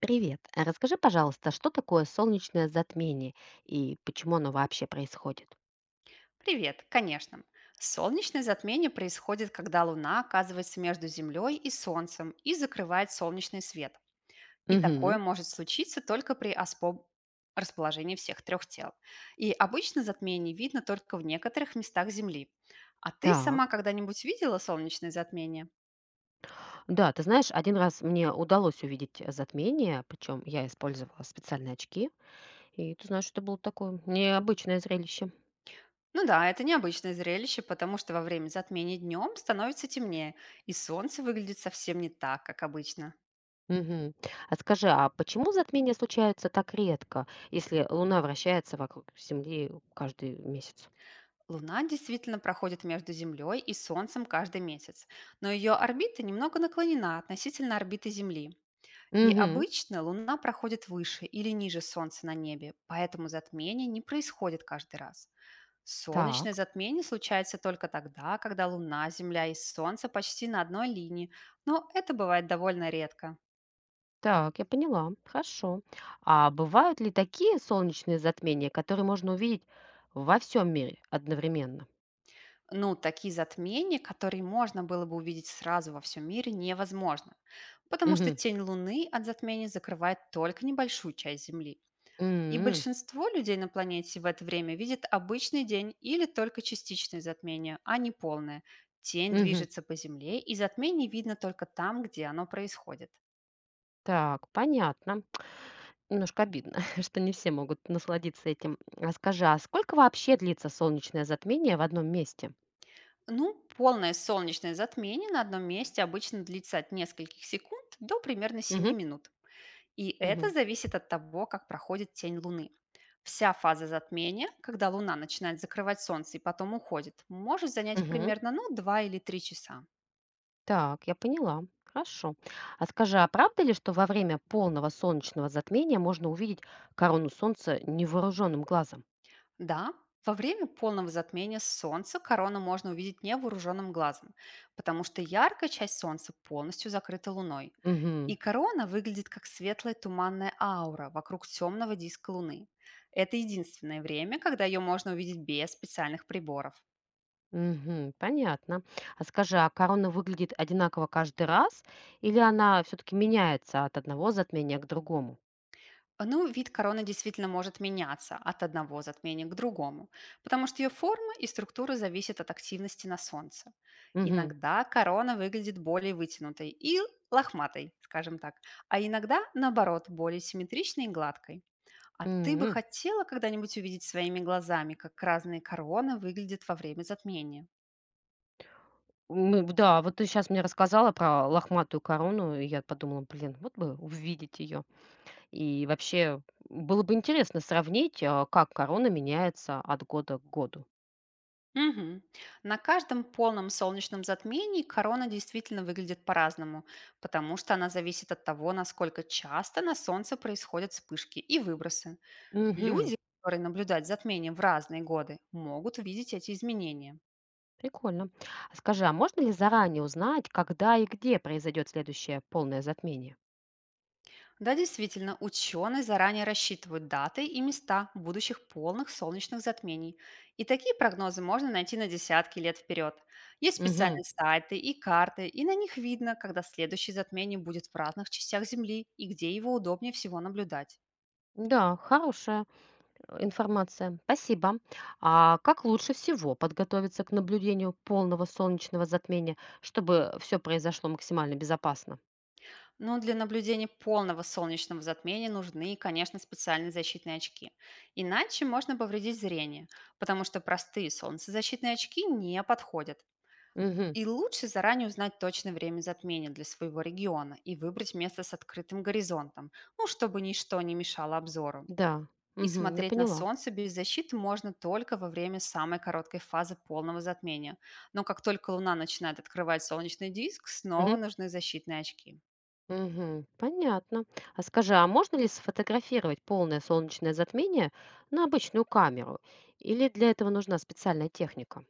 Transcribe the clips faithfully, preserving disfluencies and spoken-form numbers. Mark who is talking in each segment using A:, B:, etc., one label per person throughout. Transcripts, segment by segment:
A: Привет. А расскажи, пожалуйста, что такое солнечное затмение и почему оно вообще происходит?
B: Привет, конечно. Солнечное затмение происходит, когда Луна оказывается между Землей и Солнцем и закрывает солнечный свет. И такое
A: Угу.
B: может случиться только при аспо- расположении всех трех тел. И обычно затмение видно только в некоторых местах Земли. А ты сама
A: Так.
B: когда-нибудь видела солнечное затмение?
A: Да, ты знаешь, один раз мне удалось увидеть э, затмение, причем я использовала специальные очки, и ты знаешь, это было такое необычное зрелище.
B: Ну да, это необычное зрелище, потому что во время затмения днем становится темнее, и солнце выглядит совсем не так, как обычно.
A: Угу. А скажи, а почему затмения случаются так редко, если Луна вращается вокруг Земли каждый месяц?
B: Луна действительно проходит между Землей и Солнцем каждый месяц, но ее орбита немного наклонена относительно орбиты Земли. И
A: Угу.
B: обычно Луна проходит выше или ниже Солнца на небе, поэтому затмение не происходит каждый раз. Солнечное
A: Так.
B: затмение случается только тогда, когда Луна, Земля и Солнце почти на одной линии, но это бывает довольно редко.
A: Так, я поняла. Хорошо. А бывают ли такие солнечные затмения, которые можно увидеть во всем мире одновременно?
B: Ну, такие затмения, которые можно было бы увидеть сразу во всем мире, невозможно, потому что
A: Мгм.
B: тень Луны от затмения закрывает только небольшую часть Земли. И
A: М,
B: большинство людей на планете в это время видят обычный день или только частичное затмение, а не полное. Тень
A: мгм.
B: движется по Земле, и затмение видно только там, где оно происходит.
A: Так, понятно. Немножко обидно, что не все могут насладиться этим. А скажи, а сколько вообще длится солнечное затмение в одном месте?
B: Ну, полное солнечное затмение на одном месте обычно длится от нескольких секунд до примерно семи
A: Мгм.
B: минут. И это
A: Мгм.
B: зависит от того, как проходит тень Луны. Вся фаза затмения, когда Луна начинает закрывать Солнце и потом уходит, может занять
A: Мгм.
B: примерно, ну, два или три часа.
A: Так, я поняла. Хорошо. А скажи, а правда ли, что во время полного солнечного затмения можно увидеть корону солнца невооруженным глазом?
B: Да, во время полного затмения Солнца корону можно увидеть невооруженным глазом, потому что яркая часть Солнца полностью закрыта Луной. И
A: Мгм.
B: корона выглядит как светлая туманная аура вокруг темного диска Луны. Это единственное время, когда ее можно увидеть без специальных приборов.
A: Мгм. Понятно. А скажи, а корона выглядит одинаково каждый раз или она все-таки меняется от одного затмения к другому?
B: Ну, вид короны действительно может меняться от одного затмения к другому, потому что ее форма и структура зависят от активности на Солнце.
A: Мгм.
B: Иногда корона выглядит более вытянутой и лохматой, скажем так, а иногда, наоборот, более симметричной и гладкой. А ты бы
A: М.
B: хотела когда-нибудь увидеть своими глазами, как разные короны выглядят во время затмения?
A: М, да, вот ты сейчас мне рассказала про лохматую корону, и я подумала, блин, вот бы увидеть ее. И вообще было бы интересно сравнить, а, как корона меняется от года к году.
B: Мгм. На каждом полном солнечном затмении корона действительно выглядит по-разному, потому что она зависит от того, насколько часто на Солнце происходят вспышки и выбросы.
A: Угу.
B: Люди, которые наблюдают затмение в разные годы, могут увидеть эти изменения.
A: Прикольно. А скажи, а можно ли заранее узнать, когда и где произойдет следующее полное затмение?
B: Да, действительно, ученые заранее рассчитывают даты и места будущих полных солнечных затмений. И такие прогнозы можно найти на десятки лет вперед. Есть
A: Угу.
B: специальные сайты и карты, и на них видно, когда следующее затмение будет в разных частях Земли и где его удобнее всего наблюдать.
A: Да, хорошая информация. Спасибо. А как лучше всего подготовиться к наблюдению полного солнечного затмения, чтобы все произошло максимально безопасно?
B: Но для наблюдения полного солнечного затмения нужны, конечно, специальные защитные очки. Иначе можно повредить зрение, потому что простые солнцезащитные очки не подходят.
A: Мгм.
B: И лучше заранее узнать точное время затмения для своего региона и выбрать место с открытым горизонтом, ну, чтобы ничто не мешало обзору.
A: Да,
B: И
A: мгм, я
B: смотреть на
A: поняла.
B: Солнце без защиты можно только во время самой короткой фазы полного затмения. Но как только Луна начинает открывать солнечный диск, снова
A: Мгм.
B: нужны защитные очки.
A: Мгм. Понятно. А скажи, а можно ли сфотографировать полное солнечное затмение на обычную камеру? Или для этого нужна специальная техника?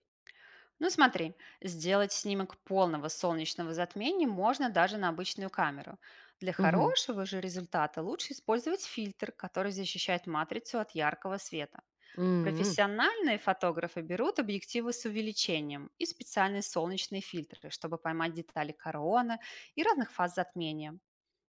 B: Ну смотри, сделать снимок полного солнечного затмения можно даже на обычную камеру. Для
A: Мгм.
B: хорошего же результата лучше использовать фильтр, который защищает матрицу от яркого света.
A: М,
B: Профессиональные фотографы берут объективы с увеличением и специальные солнечные фильтры, чтобы поймать детали короны и разных фаз затмения.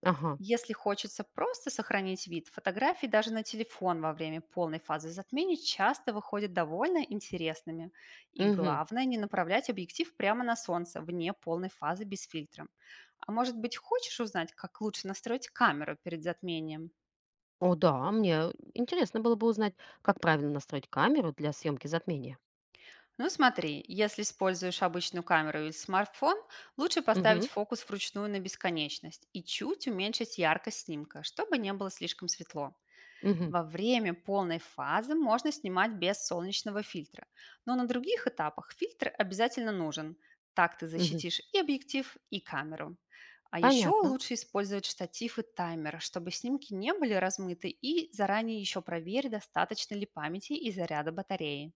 A: ага.
B: Если хочется просто сохранить вид, фотографии даже на телефон во время полной фазы затмений часто выходят довольно интересными. И
A: Мгм.
B: главное, не направлять объектив прямо на солнце, вне полной фазы без фильтра. А может быть, хочешь узнать, как лучше настроить камеру перед затмением?
A: О, да, мне интересно было бы узнать, как правильно настроить камеру для съемки затмения.
B: Ну смотри, если используешь обычную камеру или смартфон, лучше поставить
A: Мгм.
B: фокус вручную на бесконечность и чуть уменьшить яркость снимка, чтобы не было слишком светло.
A: Мгм,
B: Во время полной фазы можно снимать без солнечного фильтра, но на других этапах фильтр обязательно нужен. Так ты
A: мгм.
B: защитишь и объектив, и камеру. А еще
A: Понятно.
B: лучше использовать штатив и таймер, чтобы снимки не были размыты, и заранее еще проверь, достаточно ли памяти и заряда батареи.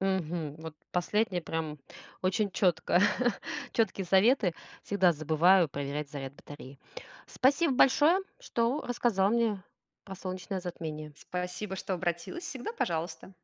A: Мгм. Вот последнее прям очень четко. Четкие советы. Всегда забываю проверять заряд батареи. Спасибо большое, что рассказал мне про солнечное затмение.
B: Спасибо, что обратилась. Всегда пожалуйста.